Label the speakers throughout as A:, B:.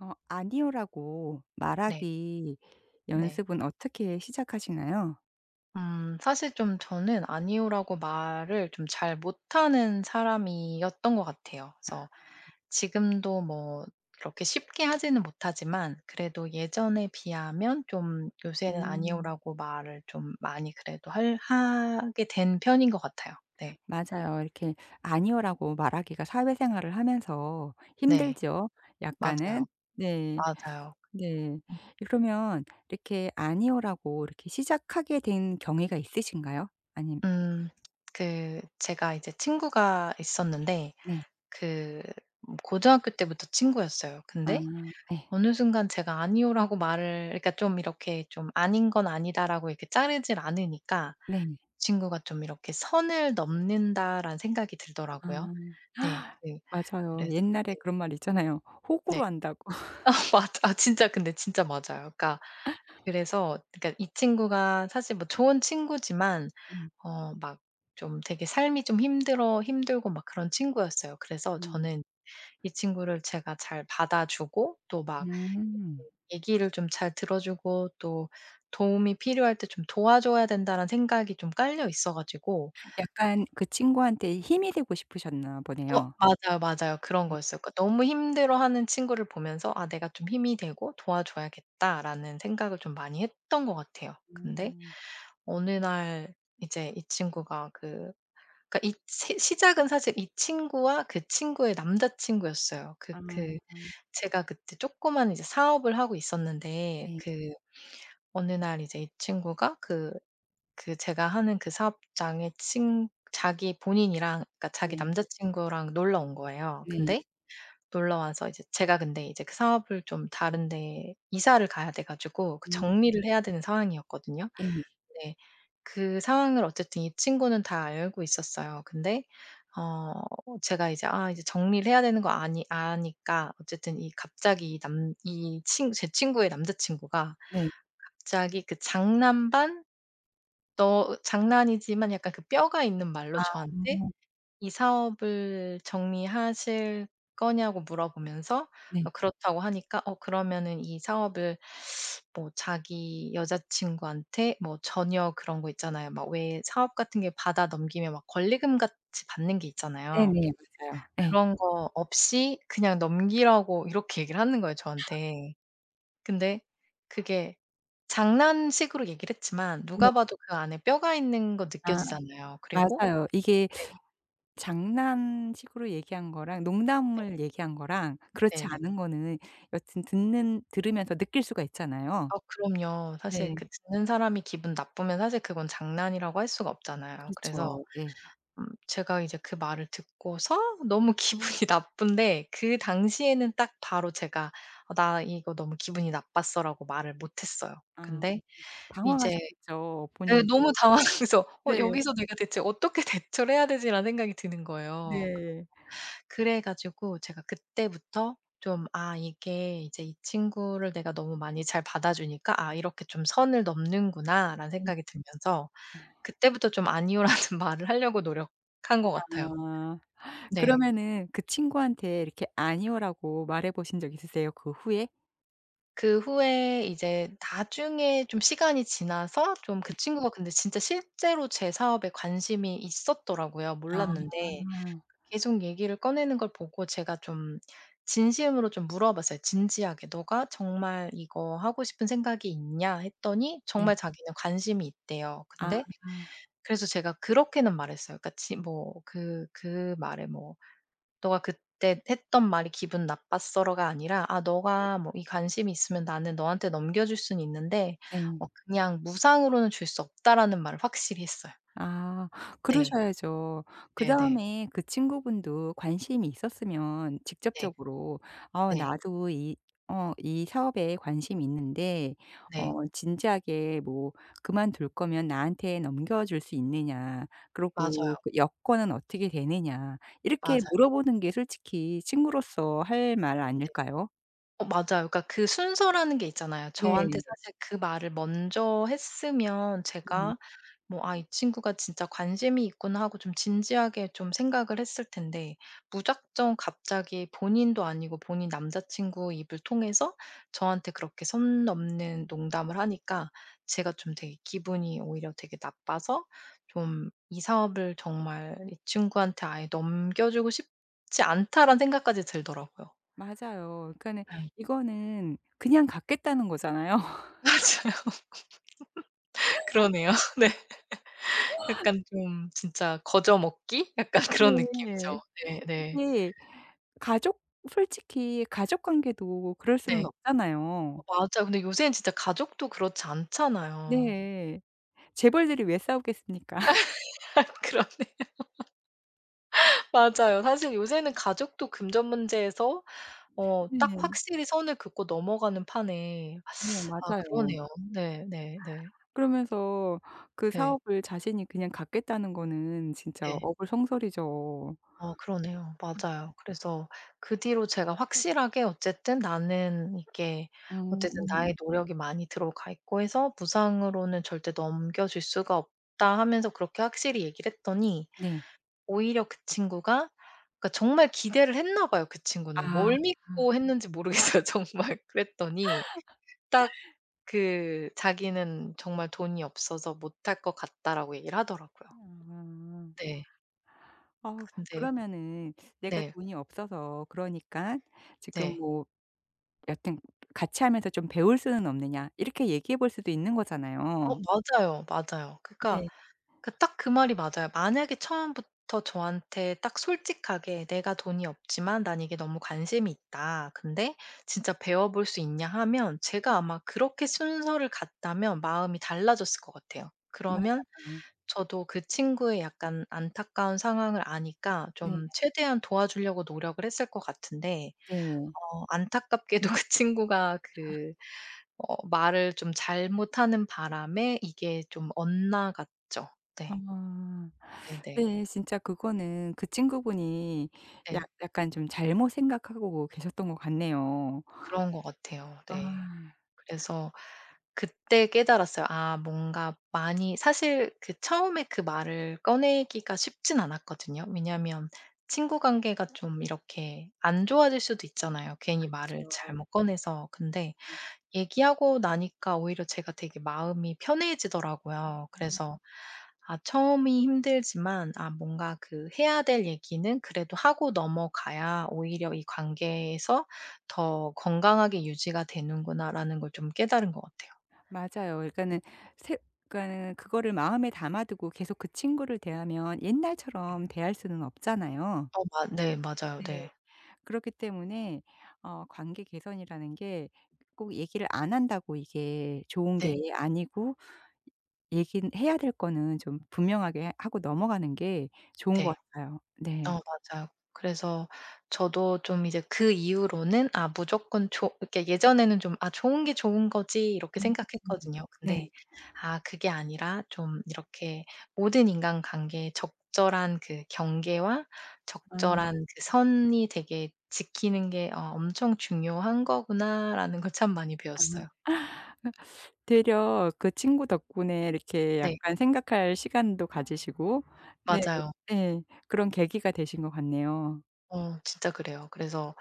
A: 어 "아니요."라고
B: 네.
A: 말하기
B: 네.
A: 연습은 어떻게 시작하시나요?
B: 사실 좀 저는 아니오라고 말을 좀 잘 못하는 사람이었던 것 같아요. 그래서 지금도 뭐 그렇게 쉽게 하지는 못하지만 그래도 예전에 비하면 좀 요새는
A: 음.
B: 아니오라고 말을 좀 많이 그래도 할 하게 된 편인 것 같아요. 네.
A: 맞아요. 이렇게 "아니요."라고 말하기가 사회생활을 하면서
B: 네.
A: 힘들죠,
B: 맞아요.
A: 약간은. 네.
B: 맞아요.
A: 네. 그러면 이렇게 "아니요."라고 이렇게 시작하게 된 경위가 있으신가요? 아님
B: 음 그 제가 이제 친구가 있었는데
A: 네.
B: 그 고등학교 때부터 친구였어요.
A: 아
B: 근데
A: 네
B: 어느 순간 제가 "아니요."라고 말을 그러니까 좀 이렇게 좀 "아닌 건 아니다."라고 이렇게 자르질 않으니까
A: 네.
B: 친구가 좀 이렇게 '선을 넘는다.'라는 생각이 들더라고요.
A: 아
B: 네. 그
A: 맞아요.
B: 그래서
A: 옛날에 그런 말 있잖아요.
B: 네. 네.
A: 호구로 한다고.
B: 맞아. 아 진짜 근데 진짜 맞아요. 그러니까 그래서 그러니까 이 친구가 사실 뭐 좋은 친구지만
A: 음.
B: 막 좀 되게 삶이 좀 힘들어 힘들고 막 그런 친구였어요. 그래서
A: 아
B: 저는 이 친구를 제가 잘 받아주고 또막
A: 음.
B: 얘기를 좀 잘 들어 주고 또 도움이 필요할 때 좀 도와줘야 된다는 생각이 좀 깔려 있어 가지고
A: 약간 그 친구한테 힘이 되고 싶으셨나 보네요.
B: 맞아요, 맞아요. 그런
A: 네.
B: 거였어요. 그러니까 너무 힘들어하는 친구를 보면서 '아 내가 좀 힘이 되고 도와줘야겠다.'라는 생각을 좀 많이 했던 것 같아요. 근데
A: 음.
B: 어느 날 이제 이 친구가 그 그러니까 이 시 시작은 사실 이 친구와 그 친구의 남자친구였어요. 그
A: 아
B: 그 제가 그때 조그만 이제 사업을 하고 있었는데
A: 네.
B: 그 어느 날 이제 이 친구가 그 제가 하는 그 사업장에 친 자기 본인이랑 그러니까 자기
A: 네.
B: 남자친구랑 놀러 온 거예요.
A: 네.
B: 근데 놀러 와서 이제 제가 근데 이제 그 사업을 좀 다른 데 이사를 가야 돼 가지고 그
A: 음.
B: 정리를 해야 되는 상황이었거든요.
A: 예.
B: 네. 그 상황을 어쨌든 이 친구는 다 알고 있었어요. 근데 어 제가 이제 이제 정리를 해야 되는 거 아니 아니까 어쨌든 이 갑자기 이 남 이 친 제 친구의 남자친구가
A: 네.
B: 갑자기 그 장난 반 너 장난이지만 약간 그 뼈가 있는 말로
A: 아.
B: 저한테 이 사업을 정리하실 거냐고 물어보면서
A: 네.
B: 그렇다고 하니까 그러면은 이 사업을 뭐 자기 여자친구한테 뭐 전혀 그런 거 있잖아요. 막 왜 사업 같은 게 받아 넘기면 막 권리금 같이 받는 게 있잖아요.
A: 네네. 맞아요. 예.
B: 그런 거 없이 그냥 넘기라고 이렇게 얘기를 하는 거예요, 저한테. 근데 그게 장난식으로 얘기를 했지만
A: 네.
B: 누가 봐도 그 안에 뼈가 있는 거
A: 아
B: 느껴지잖아요. 그리고
A: 맞아요. 이게
B: 네
A: 장난식으로 얘기한 거랑
B: 네.
A: 농담을 얘기한 거랑 그렇지
B: 네네.
A: 않은 거는 여튼 듣는 들으면서 느낄 수가 있잖아요.
B: 아 그럼요. 사실
A: 네.
B: 그 듣는 사람이 기분 나쁘면 사실 그건 장난이라고 할 수가 없잖아요. 음. 그래서
A: 그렇죠. 예.
B: 제가 이제 그 말을 듣고서 너무 기분이 나쁜데 그 당시에는 딱 바로 제가 "어 나 이거 너무 기분이 나빴어."라고 말을 못 했어요.
A: 아
B: 근데 이제
A: 당황하셨겠죠
B: 예 너무
A: 본인도.
B: 당황해서 '어
A: 네.
B: 여기서 내가 대체 어떻게 대처를 해야 되지?'라는 생각이 드는 거예요.
A: 네.
B: 그래 가지고 제가 그때부터 좀 '아 이게 이제 이 친구를 내가 너무 많이 잘 받아주니까 아 이렇게 좀 선을 넘는구나.'라는
A: 네.
B: 생각이 들면서 그때부터 좀 아니요라는 말을 하려고 노력한 것 같아요.
A: 아.
B: 네.
A: 그러면은 그 친구한테 이렇게 "아니요."라고 말해 보신 적 있으세요, 그 후에?
B: 그 후에 이제 나중에 좀 시간이 지나서 좀
A: 네.
B: 그 친구가 근데 진짜 실제로 제 사업에 관심이 있었더라고요,
A: 아.
B: 몰랐는데. 계속 얘기를 꺼내는 걸 보고 제가 좀 진심으로 좀 물어봤어요. 진지하게 "너가 정말 이거 하고 싶은 생각이 있냐?" 했더니
A: 네.
B: 정말 자기는 관심이 있대요.
A: 아.
B: 근데 그래서 제가 그렇게는 말했어요. 그러니까 지 뭐 그 말에 뭐 "너가 그때 했던 말이 기분 나빴어."가 아니라 "아 너가 뭐 이 관심이 있으면 나는 너한테 넘겨 줄 수는 있는데
A: 네.
B: 어 그냥 무상으로는 줄 수 없다."라는 말을 확실히 했어요.
A: 아
B: 네.
A: 그러셔야죠.
B: 네네. 네.
A: 그다음에 그 친구분도 관심이 있었으면
B: 네.
A: 직접적으로 "어
B: 네.
A: 나도 이 어 이 사업에 관심이 있는데
B: 네.
A: 어 진지하게 뭐 그만둘 거면 나한테 넘겨 줄 수 있느냐. 그리고
B: 맞아요,
A: 그 여건은 어떻게 되느냐." 이렇게
B: 맞아요.
A: 물어보는 게 솔직히 친구로서 할 말 아닐까요?
B: 맞아요. 그러니까 그 순서라는 게 있잖아요.
A: 네.
B: 저한테 사실 그 말을 먼저 했으면
A: 네.
B: 제가 뭐 '아 이 친구가 진짜 관심이 있구나.' 하고 좀 진지하게 좀 생각을 했을 텐데 무작정 갑자기 본인도 아니고 본인 남자친구 입을 통해서 저한테 그렇게 선 넘는 농담을 하니까 제가 좀 되게 기분이 오히려 되게 나빠서 좀 '이 사업을 정말 이 친구한테 아예 넘겨주고 싶지 않다.'라는 생각까지 들더라고요.
A: 맞아요. 그러니까는
B: 예.
A: 이거는 그냥 갖겠다는 거잖아요.
B: 맞아요. 그러네요. 네. 약간 좀 진짜 거저 먹기? 약간 그런
A: 네.
B: 느낌이죠. 네 네.
A: 특히 가족 솔직히 가족 관계도 그럴 수는
B: 네.
A: 없잖아요.
B: 맞아요. 근데 요새는 진짜 가족도 그렇지 않잖아요.
A: 네. 재벌들이 왜 싸우겠습니까?
B: 그러네요. 맞아요. 사실 요새는 가족도 금전 문제에서 딱
A: 네.
B: 확실히 선을 긋고 넘어가는 판에
A: 네
B: 아
A: 맞아요.
B: 그러네요. 네 네 네.
A: 그러면서 그
B: 네.
A: 사업을 자신이 그냥 갖겠다는 거는 진짜
B: 네.
A: 어불성설이죠.
B: 그러네요. 맞아요. 그래서 그 뒤로 제가 확실하게 어쨌든 나는 이게 어쨌든
A: 음.
B: 나의 노력이 많이 들어가 있고 해서 "무상으로는 절대 넘겨줄 수가 없다." 하면서 그렇게 확실히 얘기를 했더니
A: 네.
B: 오히려 그 친구가 그러니까 정말 기대를 했나 봐요 그 친구는.
A: 아.
B: 뭘 믿고 했는지 모르겠어요 정말. 그랬더니 딱 그 자기는 정말 "돈이 없어서 못할 것 같다."라고 얘기를 하더라고요.
A: 아.
B: 네.
A: 어
B: 근데
A: 그러면은 내가
B: 네.
A: 돈이 없어서 그러니깐 지금
B: 네.
A: 뭐 여튼 같이 하면서 좀 배울 수는 없느냐 이렇게 얘기해 볼 수도 있는 거잖아요.
B: 맞아요, 맞아요. 그러니까
A: 네.
B: 그 딱 그 말이 맞아요. 만약에 처음부터 저한테 딱 솔직하게 "내가 돈이 없지만 난 이게 너무 관심이 있다. 근데 진짜 배워 볼 수 있냐?" 하면 제가 아마 그렇게 순서를 갔다면 마음이 달라졌을 것 같아요. 그러면
A: 맞아요.
B: 저도 그 친구의 약간 안타까운 상황을 아니까
A: 네.
B: 좀 최대한 도와주려고 노력을 했을 것 같은데
A: 네.
B: 안타깝게도 그 친구가 말을 좀 잘못하는 바람에 이게 좀 엇나갔죠. 네.
A: 아.
B: 네네. 네.
A: 네. 진짜 그거는 그 친구분이 약
B: 네.
A: 약간 좀 잘못 생각하고 계셨던 것 같네요.
B: 그런 것 같아요.
A: 아.
B: 네. 그래서 그때 깨달았어요. 아 뭔가 많이 사실 그 처음에 그 말을 꺼내기가 쉽진 않았거든요. 왜냐하면 친구 관계가 좀 이렇게 안 좋아질 수도 있잖아요, 괜히 말을 잘못 꺼내서. 근데 얘기하고 나니까 오히려 제가 되게 마음이 편해지더라고요. 그래서 아 처음이 힘들지만 아 뭔가 그 해야 될 얘기는 그래도 하고 넘어가야 오히려 이 관계에서 더 건강하게 유지가 되는구나라는 걸 좀 깨달은 것 같아요.
A: 맞아요. 그러니까는 새 그러니까는 그거를 마음에 담아 두고 계속 그 친구를 대하면 옛날처럼 대할 수는 없잖아요.
B: 어 마 네 맞아요.
A: 네.
B: 네.
A: 그렇기 때문에 어 관계 개선이라는 게 꼭 얘기를 안 한다고 이게 좋은
B: 네.
A: 게 아니고 얘기 해야 될 거는 좀 분명하게 하고 넘어가는 게 좋은
B: 네.
A: 것 같아요.
B: 어
A: 네.
B: 맞아요. 그래서 저도 좀 이제 그 이후로는 '아 무조건 좋' 이렇게 예전에는 좀 '아 좋은 게 좋은 거지.' 이렇게
A: 음.
B: 생각했거든요.
A: 네.
B: 근데 아 그게 아니라 좀 이렇게 모든 인간관계에 적절한 그 경계와
A: 아.
B: 적절한 그 선이 되게 지키는 게 '아 엄청 중요한 거구나.'라는 걸 참 많이
A: 아.
B: 배웠어요.
A: 되려 그 친구 덕분에 이렇게
B: 네.
A: 약간 생각할 시간도 가지시고 네.
B: 맞아요.
A: 예. 그런 계기가 되신 것 같네요.
B: 진짜 그래요. 그래서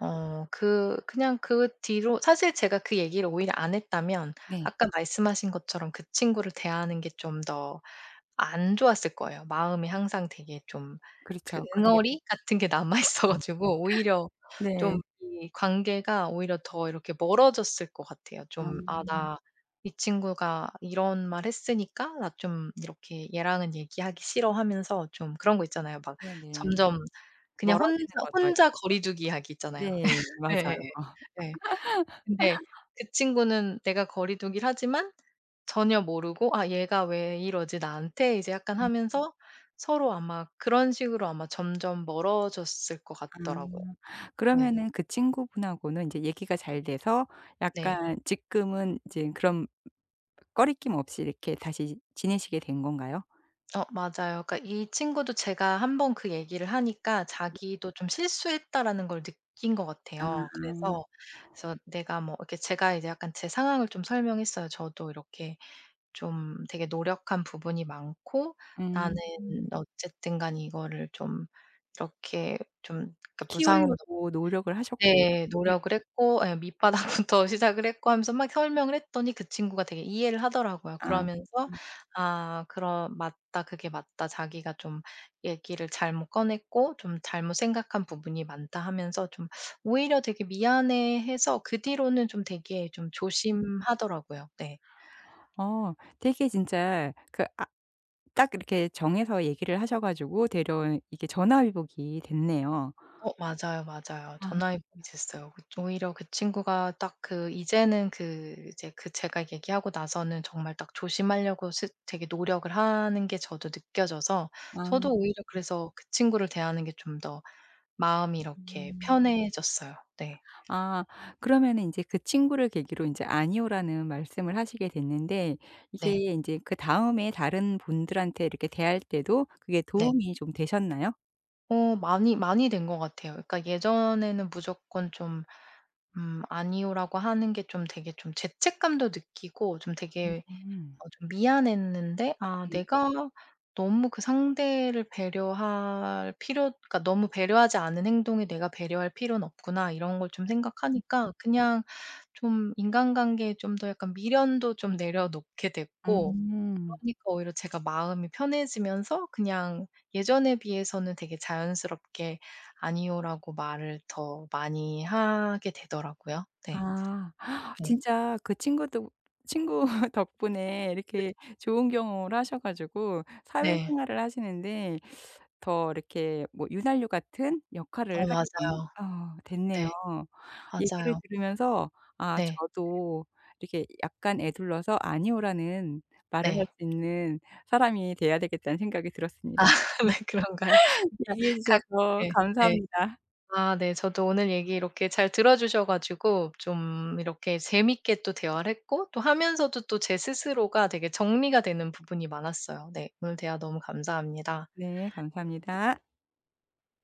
B: 그 그냥 그 뒤로 사실 제가 그 얘기를 오히려 안 했다면
A: 네.
B: 아까 말씀하신 것처럼 그 친구를 대하는 게 좀 더 안 좋았을 거예요. 마음이 항상 되게 좀 그
A: 그렇죠. 그게
B: 응어리 같은 게 남아 있어
A: 음.
B: 가지고 오히려
A: 네.
B: 좀 이 관계가 오히려 더 이렇게 멀어졌을 것 같아요.
A: 아.
B: 좀 '아
A: 음.
B: 나 이 친구가 이런 말 했으니까 나 좀 이렇게 얘랑은 얘기하기 싫어.' 하면서 좀 그런 거 있잖아요. 막
A: 네네.
B: 점점 그냥 혼자
A: 멀어지는 거죠.
B: 혼자 거리두기 하기 있잖아요.
A: 네.
B: 예예예.
A: 맞아요.
B: 예. 근데 그 친구는 내가 거리두기를 하지만 전혀 모르고 '아 얘가 왜 이러지 나한테?' 이제 약간
A: 음.
B: 하면서 서로 아마 그런 식으로 아마 점점 멀어졌을 것
A: 아.
B: 같더라고요. 네.
A: 그러면은 그 친구분하고는 인제 얘기가 잘 돼서
B: 네.
A: 약간 지금은 이제 그런 꺼리낌 없이 이렇게 다시 지내시게 된 건가요?
B: 맞아요. 그러니까 이 친구도 제가 한번 그 얘기를 하니까
A: 네.
B: 자기도 좀 '실수했다.'라는 걸 느낀 것
A: 아.
B: 같아요. 그래서 내가 뭐 이렇게 제가 이제 약간 제 상황을 좀 설명했어요. 저도 이렇게 좀 되게 노력한 부분이 많고 나는
A: 음.
B: 어쨌든 간 이거를 좀 이렇게 좀 그러니까 무상으로
A: 키우려고 노력을 하셨고.
B: 네
A: 네.
B: 노력을 했고 예 밑바닥부터 시작을 했고 하면서 막 설명을 했더니 그 친구가 되게 이해를 하더라고요.
A: 아.
B: 그러면서 아 그런 맞다. 그게 맞다. 자기가 좀 얘기를 잘못 꺼냈고 좀 잘못 생각한 부분이 많다 하면서 좀 오히려 되게 미안해해서 그 뒤로는 좀 되게 좀 조심하더라고요. 네.
A: 어 되게 진짜 그 아 딱 이렇게 정해서 얘기를 하셔 가지고 데려온 이게 전화위복이 됐네요.
B: 맞아요, 맞아요.
A: 아.
B: 전화위복이 됐어요. 그 오히려 그 친구가 딱 그 이제는 그 이제 그 제가 얘기하고 나서는 정말 딱 조심하려고 스 되게 노력을 하는 게 저도 느껴져서
A: 아.
B: 저도 오히려 그래서 그 친구를 대하는 게 좀 더 마음이 이렇게
A: 음.
B: 편해졌어요. 네.
A: 아 그러면은 인제 그 친구를 계기로 인제 "아니요."라는 말씀을 하시게 됐는데 이게
B: 네.
A: 인제 그다음에 다른 분들한테 이렇게 대할 때도 그게
B: 네.
A: 도움이 좀 되셨나요?
B: 많이 많이 된 것 같아요. 그러니까 예전에는 무조건 좀 "아니요."라고 하는 게 좀 되게 좀 죄책감도 느끼고 좀 되게
A: 음.
B: 좀 미안했는데 아
A: 네.
B: 내가 너무 그 상대를 배려할 필요 그러니까 너무 배려하지 않은 행동에 내가 배려할 필요는 없구나 이런 걸 좀 생각하니까 그냥 좀 인간관계에 좀 더 약간 미련도 좀 내려놓게 됐고
A: 음.
B: 그러니까 오히려 제가 마음이 편해지면서 그냥 예전에 비해서는 되게 자연스럽게 "아니요."라고 말을 더 많이 하게 되더라고요. 네.
A: 아
B: 네.
A: 진짜 그 친구도 친구 덕분에
B: 네.
A: 이렇게 좋은 경험을 하셔 가지고
B: 네.
A: 사회생활을 하시는데 더 이렇게 뭐 윤활유 같은 역할을 하게 된
B: 맞아요.
A: 어
B: 네.
A: 됐네요. 얘기를
B: 맞아요.
A: 들으면서 아
B: 네.
A: 저도 이렇게 약간 에둘러서 "아니요."라는 말을 할
B: 네.
A: 수 있는 사람이 돼야 되겠다는 생각이
B: 아
A: 들었습니다.
B: 네 그런가요? 그러니까
A: 얘기해
B: 각
A: 주셔서
B: 네. 네.
A: 감사합니다.
B: 아 네. 저도 오늘 얘기 이렇게 잘 들어 주셔 가지고 좀 이렇게 재밌게 또 대화를 했고 또 하면서도 또 제 스스로가 되게 정리가 되는 부분이 많았어요. 네. 오늘 대화 너무 감사합니다.
A: 네 감사합니다.